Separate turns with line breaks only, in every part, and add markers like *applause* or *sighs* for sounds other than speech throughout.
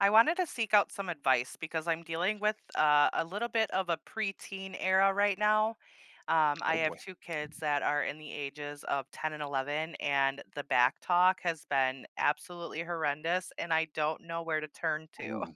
I wanted to seek out some advice because I'm dealing with a little bit of a preteen era right now. I
Oh
have
boy.
two kids that are in the ages of 10 and 11, and the back talk has been absolutely horrendous, and I don't know where to turn to.
Ooh.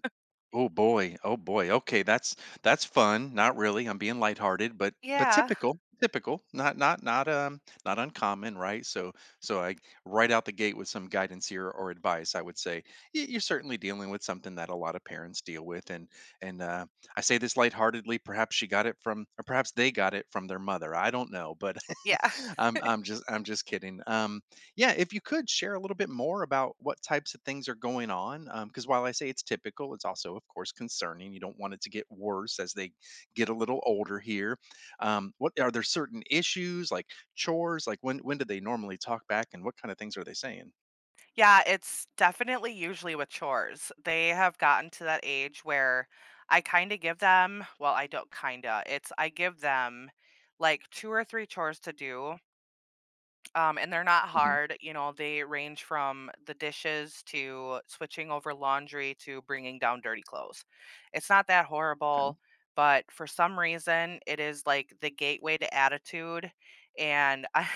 Oh boy. Oh boy. Okay, that's fun. Not really. I'm being lighthearted, but
Yeah.
typical, typical. Not uncommon, right? So I right out the gate with some guidance here or advice. I would say you're certainly dealing with something that a lot of parents deal with, and and uh, I say this lightheartedly. Perhaps she got it from, or perhaps they got it from their mother. I don't know, but
Yeah.
*laughs*
*laughs*
I'm just kidding. Yeah, if you could share a little bit more about what types of things are going on, because while I say it's typical, it's also, of course, concerning. You don't want it to get worse as they get a little older here. What are there certain issues like chores? Like when do they normally talk back, and what kind of things are they saying?
Yeah. It's definitely usually with chores. They have gotten to that age where I kind of give them, well, I don't kind of, it's I give them like two or three chores to do. And they're not
Hmm.
hard. You know, they range from the dishes to switching over laundry to bringing down dirty clothes. It's not that
Okay.
horrible, but for some reason, it is like the gateway to attitude. And I,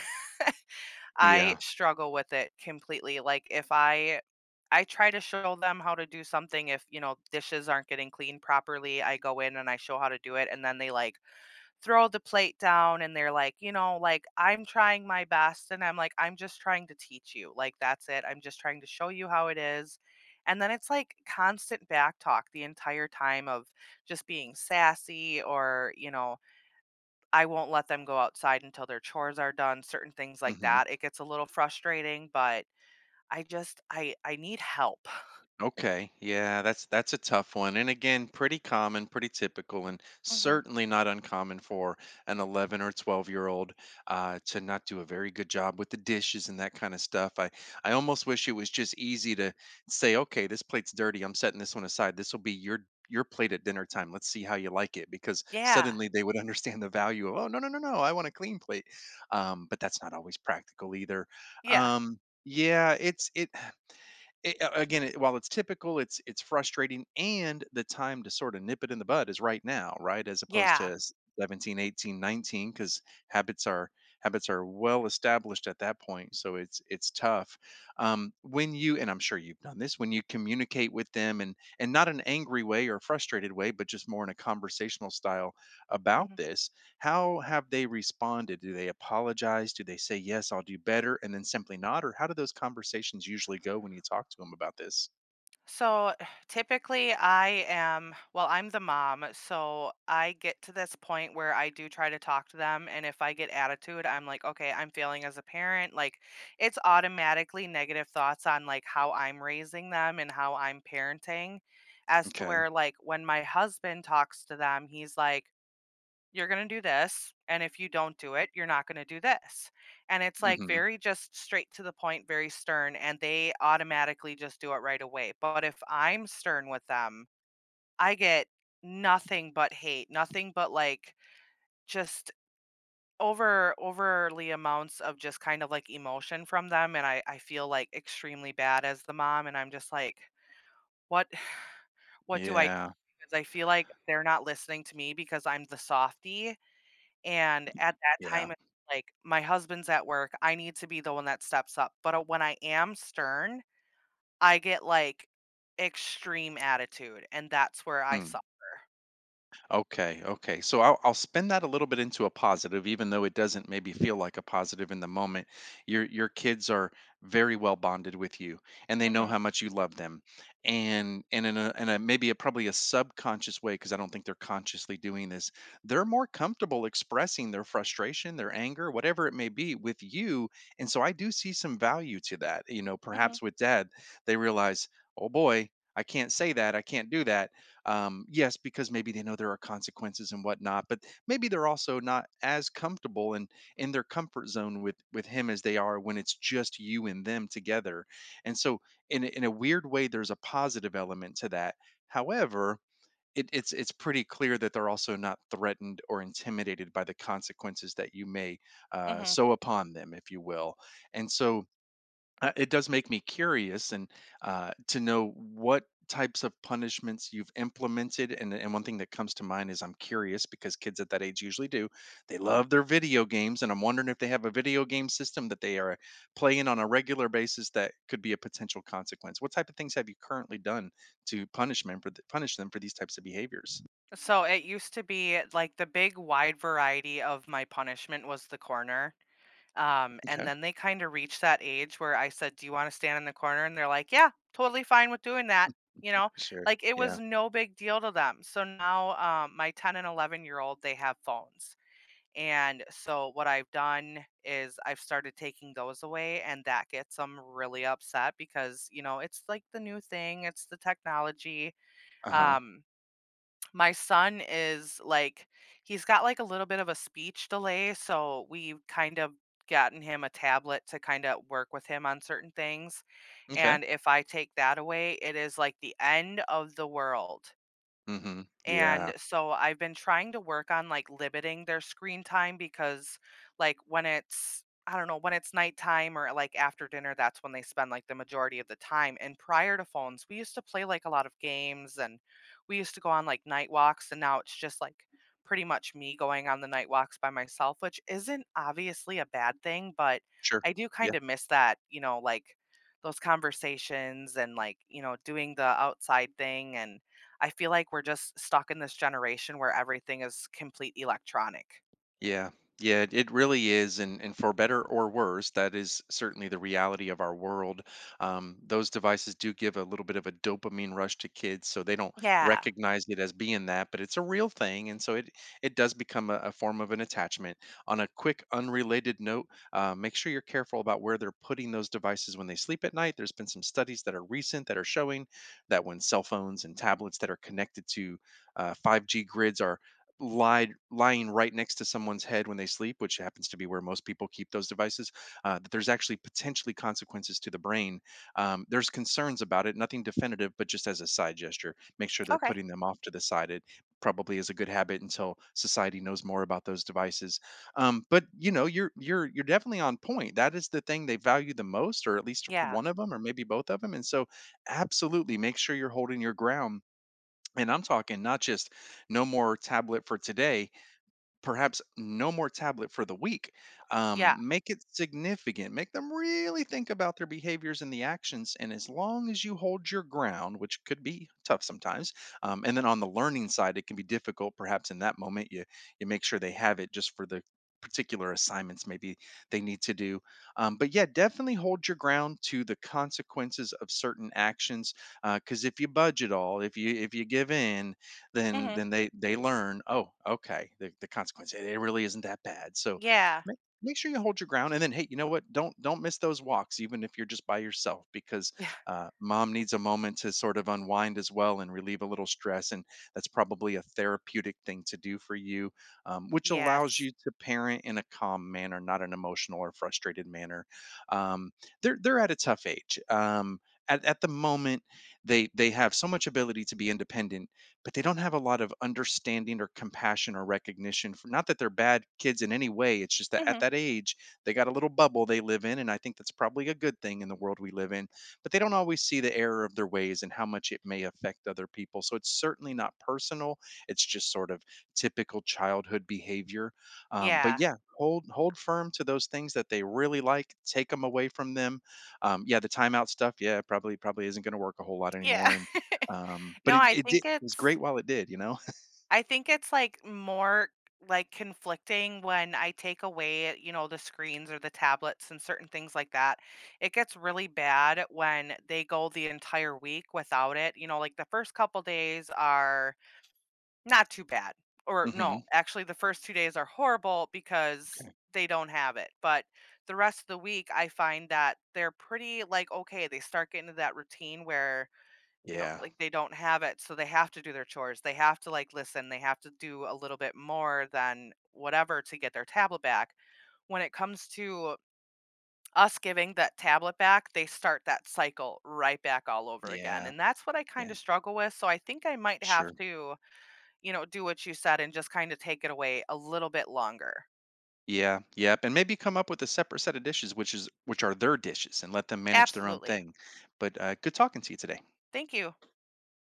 *laughs* I
Yeah.
struggle with it completely. Like, if I, I try to show them how to do something. If, you know, dishes aren't getting cleaned properly, I go in and I show how to do it. And then they like throw the plate down and they're like, "You know, like, I'm trying my best." And I'm like, "I'm just trying to teach you. Like, that's it. I'm just trying to show you how it is." And then it's like constant back talk the entire time of just being sassy or, you know, I won't let them go outside until their chores are done, certain things like
Mm-hmm.
that. It gets a little frustrating, but I just I need help. *laughs*
Okay, yeah, that's a tough one. And again, pretty common, pretty typical, and
Mhm.
certainly not uncommon for an 11 or 12-year-old to not do a very good job with the dishes and that kind of stuff. I almost wish it was just easy to say, okay, this plate's dirty. I'm setting this one aside. This will be your plate at dinner time. Let's see how you like it. Because
Yeah.
suddenly they would *laughs* understand the value of, oh, no, no, no, no, I want a clean plate. But that's not always practical either.
Yeah.
Yeah, it's it it, again, it, While it's typical, it's frustrating, and the time to sort of nip it in the bud is right now, right? As opposed
Yeah.
to s- 17, 18, 19, because habits are habits are well established at that point. So it's tough. When you and I'm sure you've done this when you communicate with them and not an angry way or frustrated way, but just more in a conversational style about
Mhm.
this, how have they responded? Do they apologize? Do they say, yes, I'll do better, and then simply not? Or how do those conversations usually go when you talk to them about this?
So *sighs* typically I'm the mom, so I get to this point where I do try to talk to them, and if I get attitude, I'm like, okay, I'm failing as a parent. Like, it's automatically negative thoughts on like how I'm raising them and how I'm parenting, as to
Okay.
where like when my husband talks to them, he's like, you're going to do this, and if you don't do it you're not going to do this, and it's like
Hmm.
very just straight to the point, very stern, and they automatically just do it right away. But if I'm stern with them, I get nothing but hate, nothing but like just overly amounts of just kind of like emotion from them, and I feel like extremely bad as the mom, and I'm just like, what, *sighs* what do I do?
Yeah.
Because I feel like they're not listening to me because I'm the softie. And at that
Yeah.
time, it's like, my husband's at work, I need to be the one that steps up, but, when I am stern, I get, like, extreme attitude, and that's where I
Mm.
saw.
Okay, okay. So I'll spin that a little bit into a positive, even though it doesn't maybe feel like a positive in the moment. Your kids are very well bonded with you, and they know
Mhm,
how much you love them, and in a maybe a probably a subconscious way, because I don't think they're consciously doing this. They're more comfortable expressing their frustration, their anger, whatever it may be, with you. And so I do see some value to that. You know,
mhm,
perhaps with dad, they realize, oh boy. I can't say that. I can't do that yes, because maybe they know there are consequences and whatnot, but maybe they're also not as comfortable and in their comfort zone with him as they are when it's just you and them together. And so, in a weird way, there's a positive element to that. However, it's pretty clear that they're also not threatened or intimidated by the consequences that you may
mhm,
sow upon them, if you will. And so, it does make me curious and to know what types of punishments you've implemented and one thing that comes to mind is I'm curious because kids at that age usually do they
mhm.
love their video games, and I'm wondering if they have a video game system that they are playing on a regular basis that could be a potential consequence. What type of things have you currently done to punishment for punish them for these types of behaviors?
So, it used to be, like, the big wide variety of my punishment was the corner.
Okay.
And then they kinda reached that age where I said, "Do you wanna stand in the corner?" And they're like, "Yeah, totally fine with doing that," you know?
Sure.
Like, it
Yeah.
was no big deal to them. So now, my 10 and 11-year-old, they have phones. And so what I've done is I've started taking those away, and that gets them really upset because, you know, it's like the new thing, it's the technology.
Uh-huh.
Um, my son is like, he's got like a little bit of a speech delay, so we've kind of gotten him a tablet to kind of work with him on certain things.
Okay.
And if I take that away, it is like the end of the world.
Mhm.
And
Yeah.
so I've been trying to work on like limiting their screen time, because like when it's, I don't know, when it's nighttime or like after dinner, that's when they spend like the majority of the time. And prior to phones, we used to play like a lot of games and we used to go on like night walks, and now it's just like pretty much me going on the night walks by myself, which isn't obviously a bad thing, but
Sure.
I do
Yeah.
kind of miss that, you know, like those conversations and like, you know, doing the outside thing. And I feel like we're just stuck in this generation where everything is complete electronic.
Yeah. Yeah, it really is, and for better or worse, that is certainly the reality of our world. Those devices do give a little bit of a dopamine rush to kids, so they don't
Yeah.
recognize it as being that, but it's a real thing, and so it does become a form of an attachment. On a quick, unrelated note, make sure you're careful about where they're putting those devices when they sleep at night. There's been some studies that are recent that are showing that when cell phones and tablets that are connected to 5G grids are lied lying right next to someone's head when they sleep, which happens to be where most people keep those devices, that there's actually potentially consequences to the brain. There's concerns about it, nothing definitive, but just as a side gesture, make sure they're
Okay.
putting them off to the side. It probably is a good habit until society knows more about those devices. But you know, you're definitely on point. That is the thing they value the most, or at least
Yeah.
one of them, or maybe both of them. And so, absolutely, make sure you're holding your ground and I'm talking not just no more tablet for today, perhaps no more tablet for the week.
Yeah.
Make it significant. Make them really think about their behaviors and the actions. And as long as you hold your ground, which could be tough sometimes, and then on the learning side, it can be difficult. Perhaps in that moment, you make sure they have it just for the particular assignments maybe they need to do. But yeah, definitely hold your ground to the consequences of certain actions. Because if you budge at all, if you give in,
Mhm.
then they learn, oh okay, the consequence it really isn't that bad. So
Yeah.
make sure you hold your ground. And then, hey, you know what, don't miss those walks even if you're just by yourself, because
Yeah.
mom needs a moment to sort of unwind as well and relieve a little stress, and that's probably a therapeutic thing to do for you. Which allows
Yes.
you to parent in a calm manner, not an emotional or frustrated manner. Um, they're they're at a tough age. At the moment they have so much ability to be independent, but they don't have a lot of understanding or compassion or recognition for, not that they're bad kids in any way, it's just that at
Mhm.
that age they got a little bubble they live in, and I think that's probably a good thing in the world we live in. But they don't always see the error of their ways and how much it may affect other people, so it's certainly not personal. It's just sort of typical childhood behavior. um, but
Yeah.
yeah hold hold firm to those things that they really like. Take them away from them. Yeah, the timeout stuff, yeah, probably probably isn't going to work a whole lot
Yeah.
anymore. And
*laughs*
but
No,
it
I
it did,
think
it was
it's
great while it did, you know? *laughs*
I think it's, like, more, like, conflicting when I take away, you know, the screens or the tablets and certain things like that. It gets really bad when they go the entire week without it, you know, like, the first couple days are not too bad. Or no,
Mhm.
actually the first two days are horrible because
Okay.
they don't have it, but the rest of the week, I find that they're pretty, like, okay, they start getting to that routine where, you know,
Yeah.
like, they don't have it, so they have to do their chores, they have to, like, listen, they have to do a little bit more than whatever to get their tablet back. When it comes to us giving that tablet back, they start that cycle right back all over again,
Yeah.
and that's what I
Yeah.
kinda struggle with, so I think I might have
Sure.
to, you know, do what you said and just kind of take it away a little bit longer.
Yeah. Yep, and maybe come up with a separate set of dishes, which is which are their dishes, and let them manage their own
Absolutely.
thing. But, good talking to you today.
Thank you.